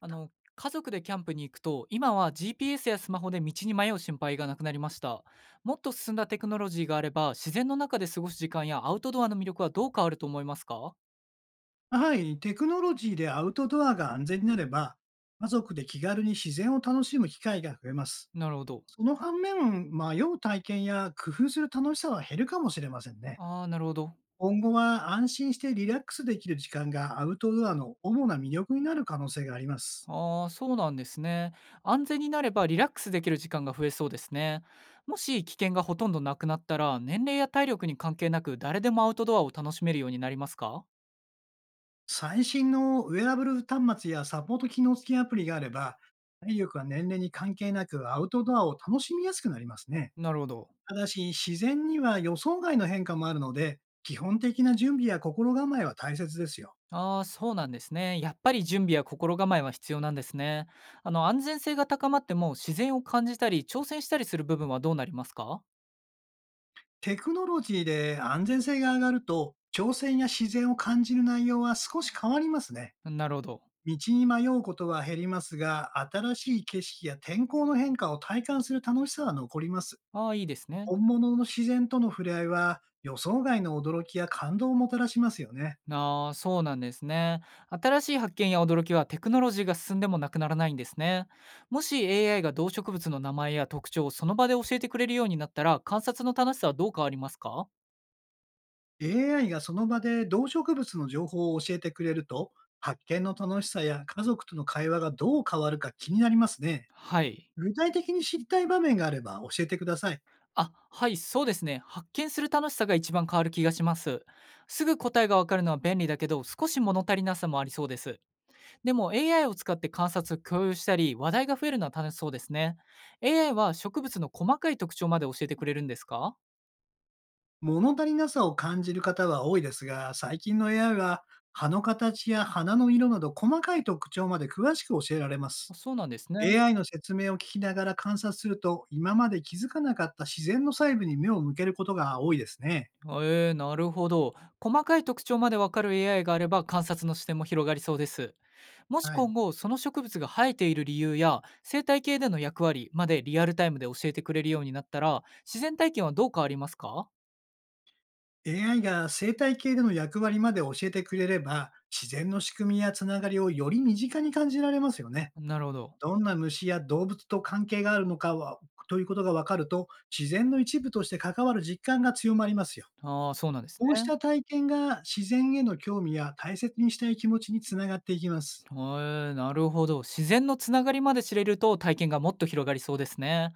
あの、家族でキャンプに行くと、今は GPS やスマホで道に迷う心配がなくなりました。もっと進んだテクノロジーがあれば、自然の中で過ごす時間やアウトドアの魅力はどう変わると思いますか？はい、テクノロジーでアウトドアが安全になれば、家族で気軽に自然を楽しむ機会が増えます。なるほど。その反面、迷う体験や工夫する楽しさは減るかもしれませんね。ああ、なるほど。今後は安心してリラックスできる時間がアウトドアの主な魅力になる可能性があります。ああ、そうなんですね。安全になればリラックスできる時間が増えそうですね。もし危険がほとんどなくなったら、年齢や体力に関係なく誰でもアウトドアを楽しめるようになりますか？最新のウェアブル端末やサポート機能付きアプリがあれば、体力は年齢に関係なくアウトドアを楽しみやすくなりますね。なるほど。ただし、自然には予想外の変化もあるので、基本的な準備や心構えは大切ですよ。ああ、そうなんですね。やっぱり準備や心構えは必要なんですね。安全性が高まっても自然を感じたり挑戦したりする部分はどうなりますか？テクノロジーで安全性が上がると、挑戦や自然を感じる内容は少し変わりますね。なるほど。道に迷うことは減りますが、新しい景色や天候の変化を体感する楽しさは残ります。ああ、いいですね。本物の自然との触れ合いは、予想外の驚きや感動をもたらしますよね。ああ、そうなんですね。新しい発見や驚きはテクノロジーが進んでもなくならないんですね。もし AI が動植物の名前や特徴をその場で教えてくれるようになったら観察の楽しさはどう変わりますか？ AI がその場で動植物の情報を教えてくれると、発見の楽しさや家族との会話がどう変わるか気になりますね。はい。具体的に知りたい場面があれば教えてください。あ、はい、そうですね。発見する楽しさが一番変わる気がします。すぐ答えがわかるのは便利だけど、少し物足りなさもありそうです。でも AI を使って観察、共有したり、話題が増えるのは楽しそうですね。AI は植物の細かい特徴まで教えてくれるんですか？物足りなさを感じる方は多いですが、最近の AI は葉の形や花の色など細かい特徴まで詳しく教えられます。あ、そうなんですね。AI の説明を聞きながら観察すると、今まで気づかなかった自然の細部に目を向けることが多いですね。なるほど。細かい特徴までわかる AI があれば観察の視点も広がりそうです。もしはい。今後、その植物が生えている理由や生態系での役割までリアルタイムで教えてくれるようになったら、自然体験はどう変わりますか？ AI が生態系での役割まで教えてくれれば、自然の仕組みやつながりをより身近に感じられますよね。なるほど。どんな虫や動物と関係があるのかは、ということがわかると、自然の一部として関わる実感が強まりますよ。ああ、そうなんですこうしね。た体験が自然への興味や大切にしたい気持ちにつながっていきます。へえ、なるほど。自然のつながりまで知れると体験がもっと広がりそうですね。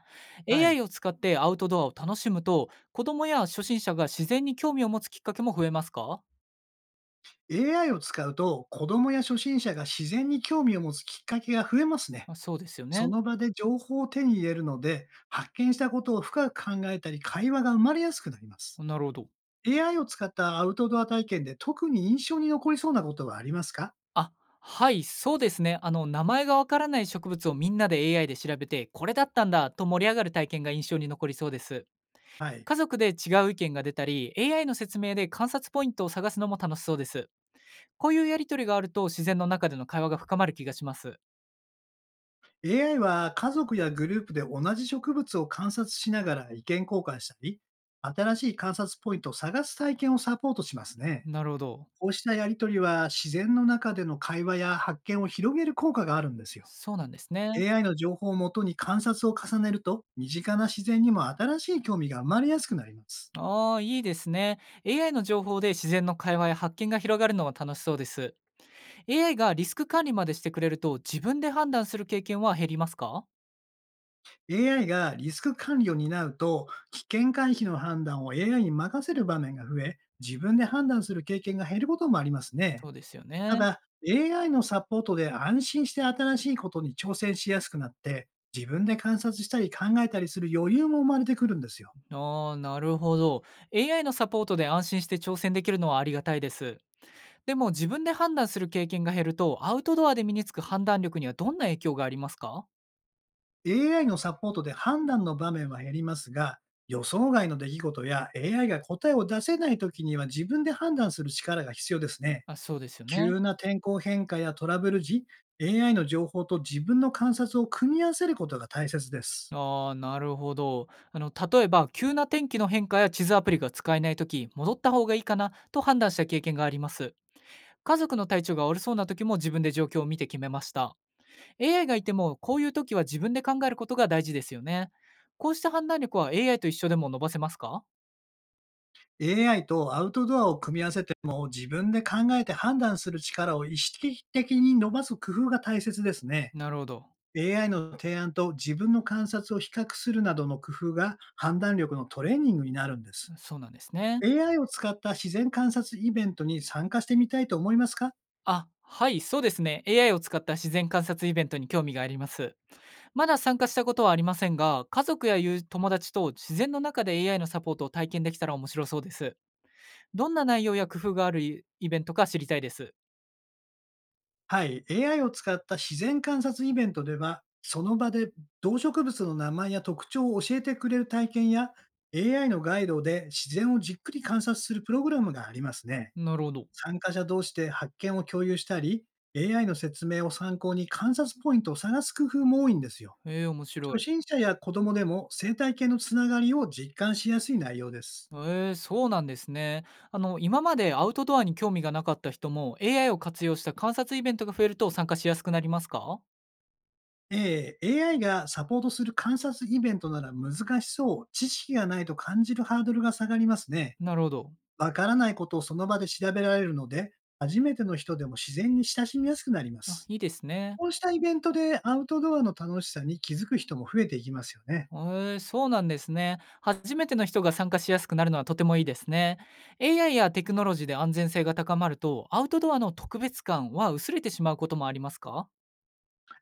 はい。AI を使ってアウトドアを楽しむと、子供や初心者が自然に興味を持つきっかけも増えますか？ AI を使うと、子供や初心者が自然に興味を持つきっかけが増えますね。あ、そうですよそね。の場で情報を手に入れるので、発見したことを深く考えたり、会話が生まれやすくなります。なるほど。AI を使ったアウトドア体験で特に印象に残りそうなことはありますか？あ、はい、そうですね。名前がわからない植物をみんなで AI で調べて、これだったんだと盛り上がる体験が印象に残りそうです。はい。家族で違う意見が出たり、AI の説明で観察ポイントを探すのも楽しそうです。こういうやりとりがあると自然の中での会話が深まる気がします。AI は家族やグループで同じ植物を観察しながら意見交換したり、新しい観察ポイントを探す体験をサポートしますね。なるほど。こうしたやりとりは自然の中での会話や発見を広げる効果があるんですよ。そうなんですね。AI の情報をもとに観察を重ねると、身近な自然にも新しい興味が生まれやすくなります。ああ、いいですね。AI の情報で自然の会話や発見が広がるのは楽しそうです。AI がリスク管理までしてくれると自分で判断する経験は減りますか？ AI がリスク管理を担うと、危険回避の判断を AI に任せる場面が増え、自分で判断する経験が減ることもありますね。そうですよたね。だ、AI のサポートで安心して新しいことに挑戦しやすくなって、自分で観察したり考えたりする余裕も生まれてくるんですよ。ああ、なるほど。AI のサポートで安心して挑戦できるのはありがたいです。でも自分で判断する経験が減ると、アウトドアで身につく判断力にはどんな影響がありますか？ AI のサポートで判断の場面は減りますが、予想外の出来事や AI が答えを出せないときには自分で判断する力が必要ですね。あ、そうですよね。急な天候変化やトラブル時、AI の情報と自分の観察を組み合わせることが大切です。ああ、なるほど。例えば、急な天気の変化や地図アプリが使えないとき、戻った方がいいかなと判断した経験があります。家族の体調が悪そうなときも自分で状況を見て決めました。AI がいても、こういうときは自分で考えることが大事ですよね。こうした判断力は AI と一緒でも伸ばせますか？ AI とアウトドアを組み合わせても自分で考えて判断する力を意識的に伸ばす工夫が大切ですね。なるほど。AI の提案と自分の観察を比較するなどの工夫が判断力のトレーニングになるんです。そうなんですね。AI を使った自然観察イベントに参加してみたいと思いますか？あ、はい、そうですね。AI を使った自然観察イベントに興味があります。まだ参加したことはありませんが、家族や友友達と自然の中で AI のサポートを体験できたら面白そうです。どんな内容や工夫があるイイベントか知りたいです。はい。AI を使った自然観察イベントでは、その場で動植物の名前や特徴を教えてくれる体験や、AI のガイドで自然をじっくり観察するプログラムがありますね。なるほど。参加者同士で発見を共有したり、AI の説明を参考に観察ポイントを探す工夫も多いんですよ。面白初い。心者や子供でも生態系のつながりを実感しやすい内容です。そうなんですね。今までアウトドアに興味がなかった人も AI を活用した観察イベントが増えると参加しやすくなりますか？え AI がサポートする観察イベントなら難しそう、知識がないと感じるハードルが下がりますね。なるほど。わからないことをその場で調べられるので、初めての人でも自然に親しみやすくなりまあ、す。いいですね。こうしたイベントでアウトドアの楽しさに気づく人も増えていきますよね。へえ、そうなんですね。初めての人が参加しやすくなるのはとてもいいですね。AI やテクノロジーで安全性が高まると、アウトドアの特別感は薄れてしまうこともありますか？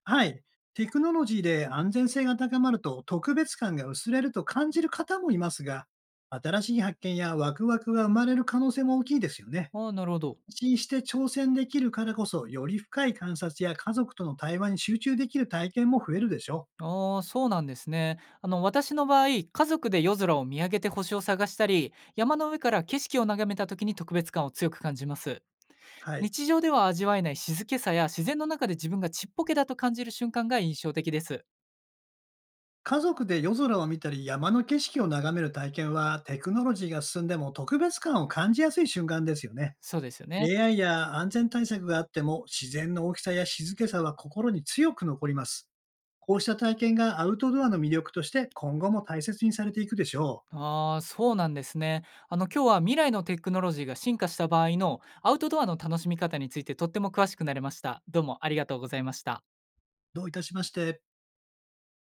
はい。テクノロジーで安全性が高まると特別感が薄れると感じる方もいますが、新しい発見やワクワクが生まれる可能性も大きいですよね。ああ、なるほど。心して挑戦できるからこそ、より深い観察や家族との対話に集中できる体験も増えるでしょう。ああ、そうなんですね。私の場合、家族で夜空を見上げて星を探したり、山の上から景色を眺めた時に特別感を強く感じます。はい。日常では味わえない静けさや自然の中で自分がちっぽけだと感じる瞬間が印象的です。家族で夜空を見たり山の景色を眺める体験はテクノロジーが進んでも特別感を感じやすい瞬間ですよね。そうですよね。AI や安全対策があっても自然の大きさや静けさは心に強く残ります。こうした体験がアウトドアの魅力として今後も大切にされていくでしょう。ああ、そうなんですね。今日は未来のテクノロジーが進化した場合のアウトドアの楽しみ方についてとっても詳しくなれました。どうもありがとうございました。どういたしまして。